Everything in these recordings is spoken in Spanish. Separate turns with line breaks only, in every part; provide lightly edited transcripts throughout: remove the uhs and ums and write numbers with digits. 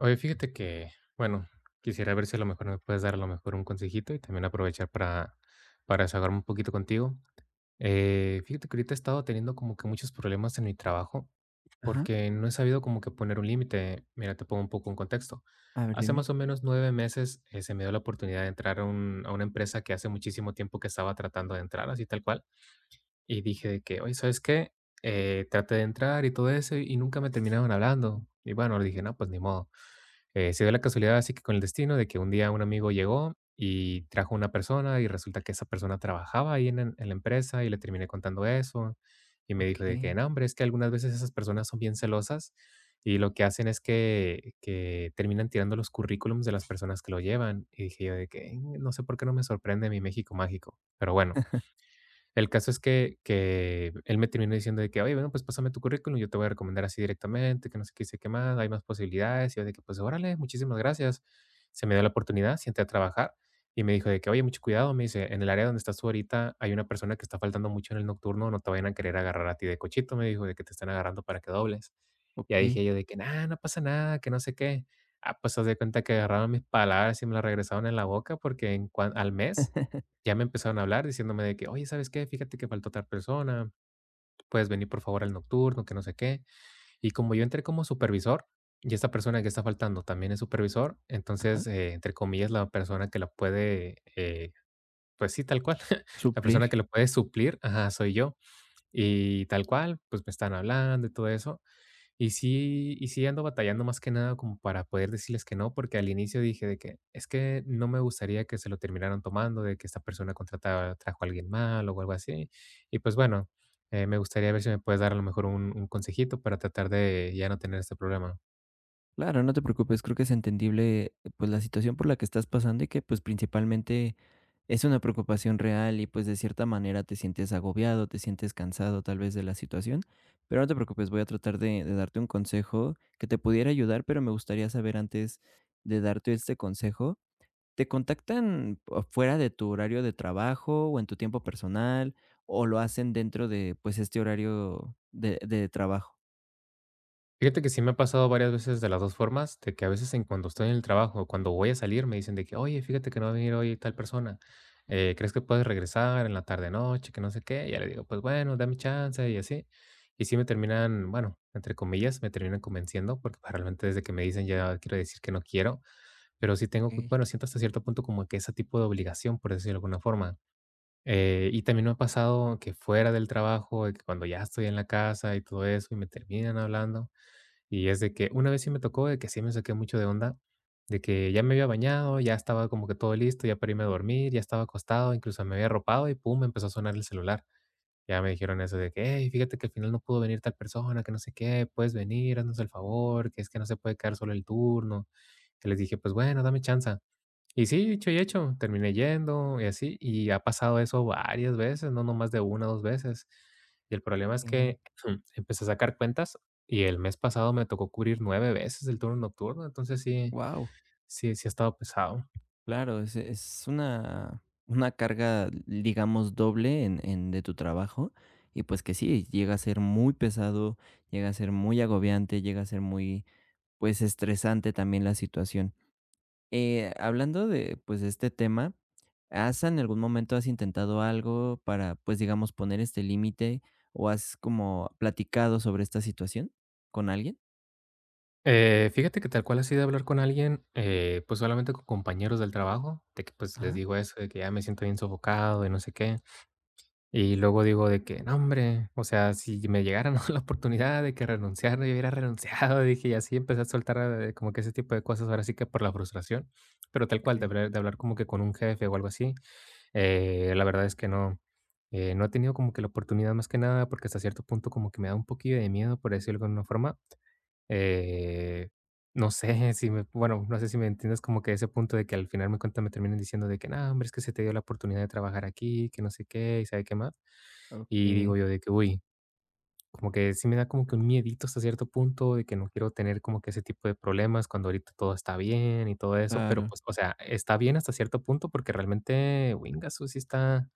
Oye, fíjate que, bueno, quisiera ver si a lo mejor me puedes dar a lo mejor un consejito y también aprovechar para desahogarme un poquito contigo. Fíjate que ahorita he estado teniendo como que muchos problemas en mi trabajo
Ajá,
porque no he sabido como que poner un límite. Mira, te pongo un poco en contexto.
a ver,
Hace
dime.
más o menos 9 meses se me dio la oportunidad de entrar a una empresa que hace muchísimo tiempo que estaba tratando de entrar, así tal cual. Y dije de que: "Oye, ¿sabes qué?". Traté de entrar y todo eso, y nunca me terminaron hablando. Y bueno, le dije: "No, pues ni modo". Se dio la casualidad, así que con el destino de que un día un amigo llegó y trajo una persona, y resulta que esa persona trabajaba ahí en la empresa, y le terminé contando eso. Y me dijo de que:
Okey,
"No, hombre, es que algunas veces esas personas son bien celosas, y lo que hacen es que terminan tirando los currículums de las personas que lo llevan". Y dije yo de que: "No sé por qué no me sorprende mi México mágico". Pero bueno. El caso es que él me terminó diciendo de que: "Oye, bueno, pues pásame tu currículum, yo te voy a recomendar así directamente, que no sé qué sé qué más, hay más posibilidades". Y yo de que: "Pues órale, muchísimas gracias". Se me dio la oportunidad, siente a trabajar y me dijo de que: "Oye, mucho cuidado", me dice: "En el área donde estás tú ahorita hay una persona que está faltando mucho en el nocturno, no te vayan a querer agarrar a ti de cochito", me dijo, de que te están agarrando para que dobles. Y ahí
okey.
dije yo de que: nada no pasa nada, que no sé qué". Ah, pues haz de cuenta que agarraron mis palabras y me las regresaron en la boca porque en cuan al mes ya me empezaron a hablar diciéndome de que: "Oye, ¿sabes qué? Fíjate que faltó tal persona, puedes venir, por favor, al nocturno", que no sé qué. Y como yo entré como supervisor, y esta persona que está faltando también es supervisor,
Ajá,
entonces, entre comillas, la persona que la puede, pues sí, tal cual, la
suplir.
persona que lo puede suplir ajá, soy yo. Y tal cual, pues me están hablando y todo eso. Y sí ando batallando más que nada como para poder decirles que no, porque al inicio dije de que es que no me gustaría que se lo terminaran tomando, de que esta persona contrataba, trajo a alguien mal o algo así. Y pues bueno, me gustaría ver si me puedes dar a lo mejor un consejito para tratar de ya no tener este problema.
Claro, no te preocupes, creo que es entendible, pues, la situación por la que estás pasando y que, pues, principalmente es una preocupación real y, pues, de cierta manera te sientes agobiado, te sientes cansado tal vez de la situación, pero no te preocupes, voy a tratar de darte un consejo que te pudiera ayudar, pero me gustaría saber antes de darte este consejo. ¿Te contactan fuera de tu horario de trabajo o en tu tiempo personal, o lo hacen dentro de, pues, este horario de trabajo?
Fíjate que sí me ha pasado varias veces de las 2 formas, de que a veces en cuando estoy en el trabajo, cuando voy a salir, me dicen de que: "Oye, fíjate que no va a venir hoy tal persona, ¿crees que puedes regresar en la tarde-noche?", que no sé qué. Y ya le digo: "Pues bueno, dame chance", y así. Y sí me terminan, bueno, entre comillas, me terminan convenciendo, porque, pues, realmente desde que me dicen ya quiero decir que no quiero, pero sí tengo, bueno, siento hasta cierto punto como que ese tipo de obligación, por decirlo de alguna forma. Y también me ha pasado que fuera del trabajo, de que cuando ya estoy en la casa y todo eso, y me terminan hablando, y es de que una vez sí me tocó de que sí me saqué mucho de onda, de que ya me había bañado, ya estaba como que todo listo, ya para irme a dormir, ya estaba acostado, incluso me había arropado y pum, me empezó a sonar el celular. Ya me dijeron eso de que, hey, fíjate que al final no pudo venir tal persona, que no sé qué, puedes venir, haznos el favor, que es que no se puede quedar solo el turno. Que les dije, pues bueno, dame chance. Y sí, dicho y hecho, terminé yendo y así, y ha pasado eso varias veces, no nomás de una o dos veces. Y el problema es
Wow,
que empecé a sacar cuentas y el mes pasado me tocó cubrir 9 veces el turno nocturno, entonces sí, sí, sí ha estado pesado.
claro, es una carga, digamos, doble en de tu trabajo y, pues, que sí, llega a ser muy pesado, llega a ser muy agobiante, llega a ser muy, pues, estresante también la situación. Hablando de, pues, de este tema, ¿has en algún momento has intentado algo para, pues, digamos, poner este límite, o has como platicado sobre esta situación con alguien?
Fíjate que tal cual así de hablar con alguien, pues solamente con compañeros del trabajo, de que pues les
Ajá.
digo eso, de que ya me siento bien sofocado y no sé qué. Y luego digo de que: "No, hombre, o sea, si me llegara a la oportunidad de que renunciar, yo hubiera renunciado", dije, y así empecé a soltar, como que ese tipo de cosas, ahora sí que por la frustración, pero tal cual, de
Okey,
hablar de hablar como que con un jefe o algo así, la verdad es que no, no he tenido como que la oportunidad más que nada, porque hasta cierto punto como que me da un poquillo de miedo, por decirlo de alguna forma, eh, no sé si me entiendes como que ese punto de que al final me cuentas me terminen diciendo de que: "No, hombre, es que se te dio la oportunidad de trabajar aquí, que no sé qué y sabe qué más". Y
okey,
digo yo de que, uy, como que sí me da como que un miedito hasta cierto punto de que no quiero tener como que ese tipo de problemas cuando ahorita todo está bien y todo eso, pero
claro.
pues, o sea, está bien hasta cierto punto porque realmente Wingasu sí está,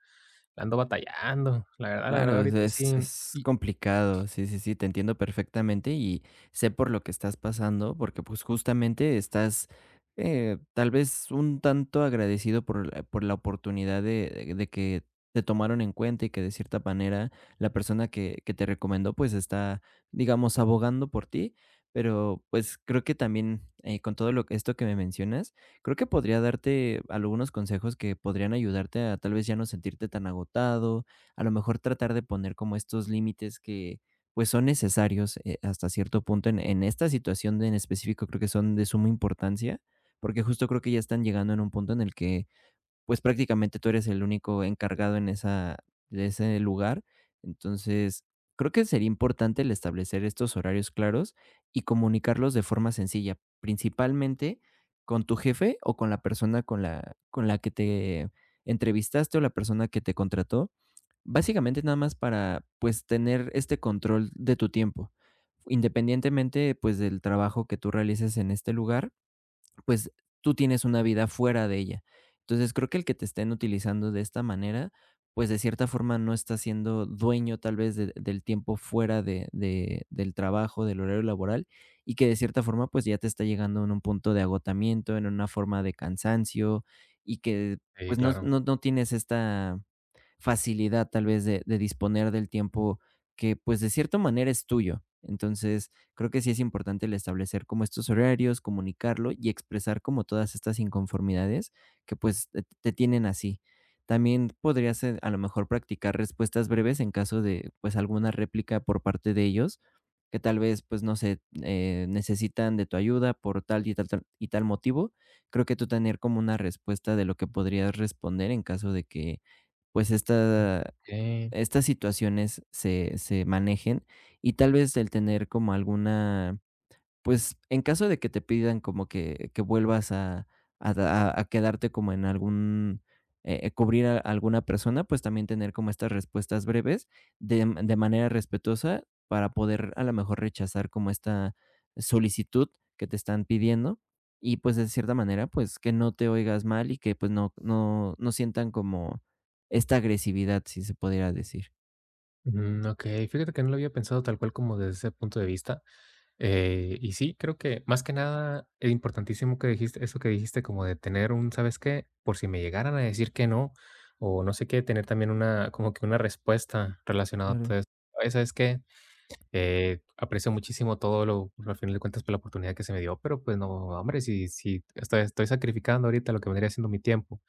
la ando batallando. La verdad,
Claro, o
ahorita
es
sí.
es
Y,
complicado. Sí, sí, sí, te entiendo perfectamente y sé por lo que estás pasando, porque, pues, justamente estás, tal vez un tanto agradecido por la oportunidad de que te tomaron en cuenta y que, de cierta manera, la persona que te recomendó, pues, está, digamos, abogando por ti. Pero, pues, creo que también, con todo lo que esto que me mencionas, creo que podría darte algunos consejos que podrían ayudarte a, tal vez, ya no sentirte tan agotado, a lo mejor tratar de poner como estos límites que, pues, son necesarios hasta cierto punto en esta situación en específico. Creo que son de suma importancia porque, justo, creo que ya están llegando en un punto en el que, pues, prácticamente tú eres el único encargado en esa de ese lugar. Entonces, creo que sería importante el establecer estos horarios claros y comunicarlos de forma sencilla, principalmente con tu jefe o con la persona con la que te entrevistaste, o la persona que te contrató. Básicamente nada más para, pues, tener este control de tu tiempo. Independientemente, pues, del trabajo que tú realices en este lugar, pues, tú tienes una vida fuera de ella. Entonces, creo que el que te estén utilizando de esta manera, pues, de cierta forma no está siendo dueño tal vez de del tiempo fuera de del trabajo, del horario laboral, y que, de cierta forma, pues, ya te está llegando en un punto de agotamiento, en una forma de cansancio, y que,
sí,
pues, no
claro.
no no tienes esta facilidad tal vez de disponer del tiempo que, pues, de cierta manera es tuyo. Entonces, creo que sí es importante el establecer como estos horarios, comunicarlo y expresar como todas estas inconformidades que, pues, te tienen así. También podrías, a lo mejor, practicar respuestas breves en caso de, pues, alguna réplica por parte de ellos, que tal vez, pues, no sé, necesitan de tu ayuda por tal y tal motivo. Creo que tú, tener como una respuesta de lo que podrías responder en caso de que, pues, esta,
Ok.
estas situaciones se manejen, y tal vez el tener como alguna, pues, en caso de que te pidan como que vuelvas a quedarte como en algún, cubrir a alguna persona, pues, también tener como estas respuestas breves de manera respetuosa para poder, a lo mejor, rechazar como esta solicitud que te están pidiendo y, pues, de cierta manera, pues, que no te oigas mal y que, pues, no sientan como esta agresividad, si se pudiera decir.
Ok, fíjate que no lo había pensado tal cual como desde ese punto de vista. Y sí, creo que más que nada es importantísimo que dijiste eso que dijiste como de tener un, ¿sabes qué? Por si me llegaran a decir que no o no sé qué, tener también una como que una respuesta relacionada a
Claro.
todo esto. "Oye, ¿sabes qué? Aprecio muchísimo todo lo al final de cuentas por la oportunidad que se me dio, pero pues no, hombre, si estoy sacrificando ahorita lo que vendría siendo mi tiempo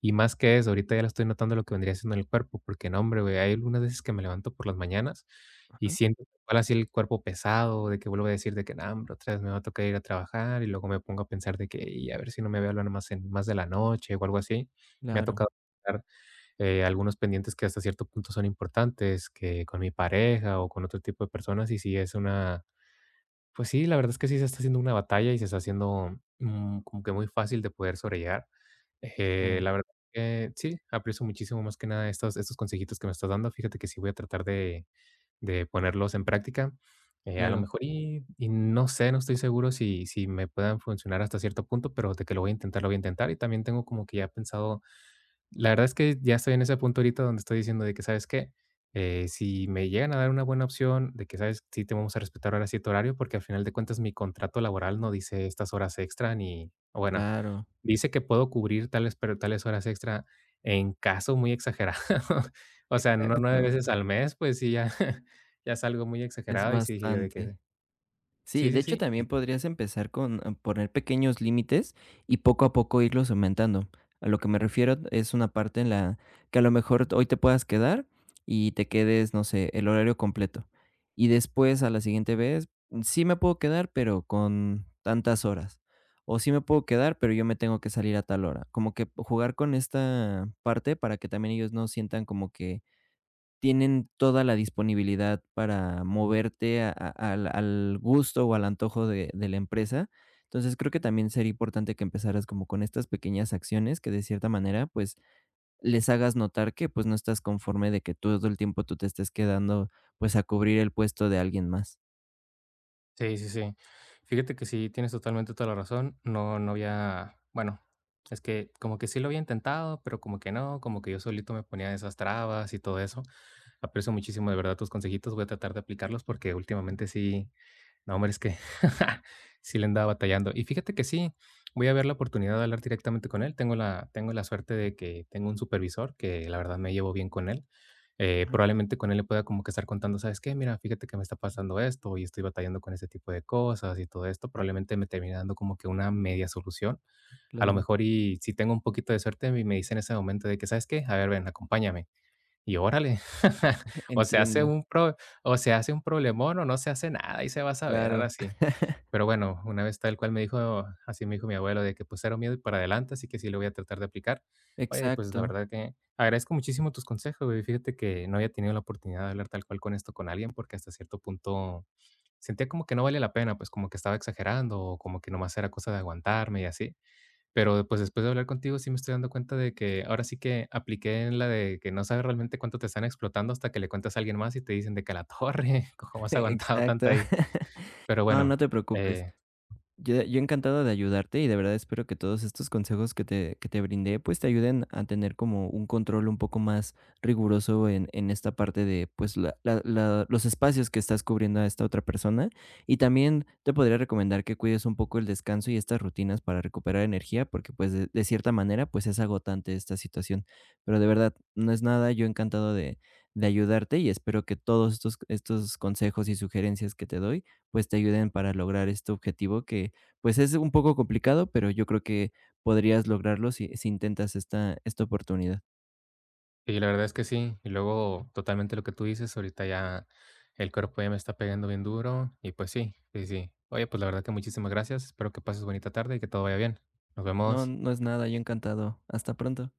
y más que eso, ahorita ya le estoy notando lo que vendría siendo en el cuerpo, porque no, hombre, güey, hay algunas veces que me levanto por las mañanas y
Ajá.
siento igual así el cuerpo pesado, de que vuelvo a decir de que, no, hombre, otra vez me va a tocar ir a trabajar y luego me pongo a pensar de que, y a ver si no me veo hablar más, en, más de la noche o algo así. Me ha
Claro.
tocado dar, algunos pendientes que hasta cierto punto son importantes, que con mi pareja o con otro tipo de personas, y sí es una, pues sí, la verdad es que sí se está haciendo una batalla y se está haciendo, mm, como que muy fácil de poder sobrellevar.
Ah.
La verdad que sí, aprecio muchísimo más que nada estos consejitos que me estás dando. Fíjate que sí voy a tratar de ponerlos en práctica. A lo
Claro,
mejor, y no sé, no estoy seguro si me puedan funcionar hasta cierto punto, pero de que lo voy a intentar, lo voy a intentar. Y también tengo como que ya pensado la verdad es que ya estoy en ese punto ahorita donde estoy diciendo de que, ¿sabes qué? Si me llegan a dar una buena opción de que, ¿sabes? Sí, te vamos a respetar ahora sí tu horario, porque al final de cuentas mi contrato laboral no dice estas horas extra ni, o bueno,
claro.
dice que puedo cubrir tales, pero tales horas extra en caso muy exagerado. O sea, no nueve
Exacto.
veces al mes, pues sí, ya, ya es algo muy
Es
exagerado. Y sí dije yo de
bastante.
que
Sí,
sí,
de
sí,
hecho,
sí.
también podrías empezar con, poner pequeños límites y poco a poco irlos aumentando. A lo que me refiero es una parte en la que a lo mejor hoy te puedas quedar y te quedes, no sé, el horario completo. Y después, a la siguiente vez, sí me puedo quedar, pero con tantas horas. O sí me puedo quedar, pero yo me tengo que salir a tal hora. Como que jugar con esta parte para que también ellos no sientan como que tienen toda la disponibilidad para moverte a al al gusto o al antojo de la empresa. Entonces, creo que también sería importante que empezaras como con estas pequeñas acciones que, de cierta manera, pues, les hagas notar que, pues, no estás conforme de que todo el tiempo tú te estés quedando, pues, a cubrir el puesto de alguien más.
Sí, sí, sí. Fíjate que sí, tienes totalmente toda la razón. No, no había, bueno, es que como que sí lo había intentado, pero como que no, como que yo solito me ponía esas trabas y todo eso. Aprecio muchísimo de verdad tus consejitos. Voy a tratar de aplicarlos porque últimamente sí, no, hombre, es que sí le andaba batallando. Y fíjate que sí, voy a ver la oportunidad de hablar directamente con él. Tengo la suerte de que tengo un supervisor que la verdad me llevo bien con él.
Ujú,
Probablemente con él le pueda como que estar contando, ¿sabes qué? Mira, fíjate que me está pasando esto y estoy batallando con este tipo de cosas y todo esto. Probablemente me termine dando como que una media solución. A lo
claro.
mejor y si tengo un poquito de suerte y me dice en ese momento de que, ¿sabes qué? A ver, ven, acompáñame. Y órale, o se hace
Entiendo,
un pro o se hace un problemón o no se hace nada, y se va a saber,
claro,
ahora sí. Pero bueno, una vez tal cual me dijo, así me dijo mi abuelo de que, pues, cero miedo y para adelante, así que sí lo voy a tratar de aplicar. Oye, pues, la
exacto.
verdad que agradezco muchísimo tus consejos, güey. Fíjate que no había tenido la oportunidad de hablar tal cual con esto con alguien, porque hasta cierto punto sentía como que no valía la pena, pues, como que estaba exagerando o como que nomás era cosa de aguantarme y así. Pero, pues, después de hablar contigo, sí me estoy dando cuenta de que ahora sí que apliqué en la de que no sabes realmente cuánto te están explotando hasta que le cuentas a alguien más y te dicen de que: "A la torre, ¿cómo has aguantado tanto
Exacto.
ahí?". Pero
No,
bueno,
no te preocupes.
eh,
Yo encantado de ayudarte y de verdad espero que todos estos consejos que te brindé, pues, te ayuden a tener como un control un poco más riguroso en esta parte de, pues, los espacios que estás cubriendo a esta otra persona, y también te podría recomendar que cuides un poco el descanso y estas rutinas para recuperar energía, porque, pues, de cierta manera, pues, es agotante esta situación. Pero de verdad no es nada, yo encantado de ayudarte, y espero que todos estos consejos y sugerencias que te doy, pues, te ayuden para lograr este objetivo que, pues, es un poco complicado, pero yo creo que podrías lograrlo si intentas esta oportunidad.
y la verdad es que sí. Y luego, totalmente lo que tú dices, ahorita ya el cuerpo ya me está pegando bien duro y, pues sí, sí, sí. Oye, pues, la verdad que muchísimas gracias. Espero que pases bonita tarde y que todo vaya bien. Nos
No,
vemos.
no es nada, yo encantado. Hasta pronto.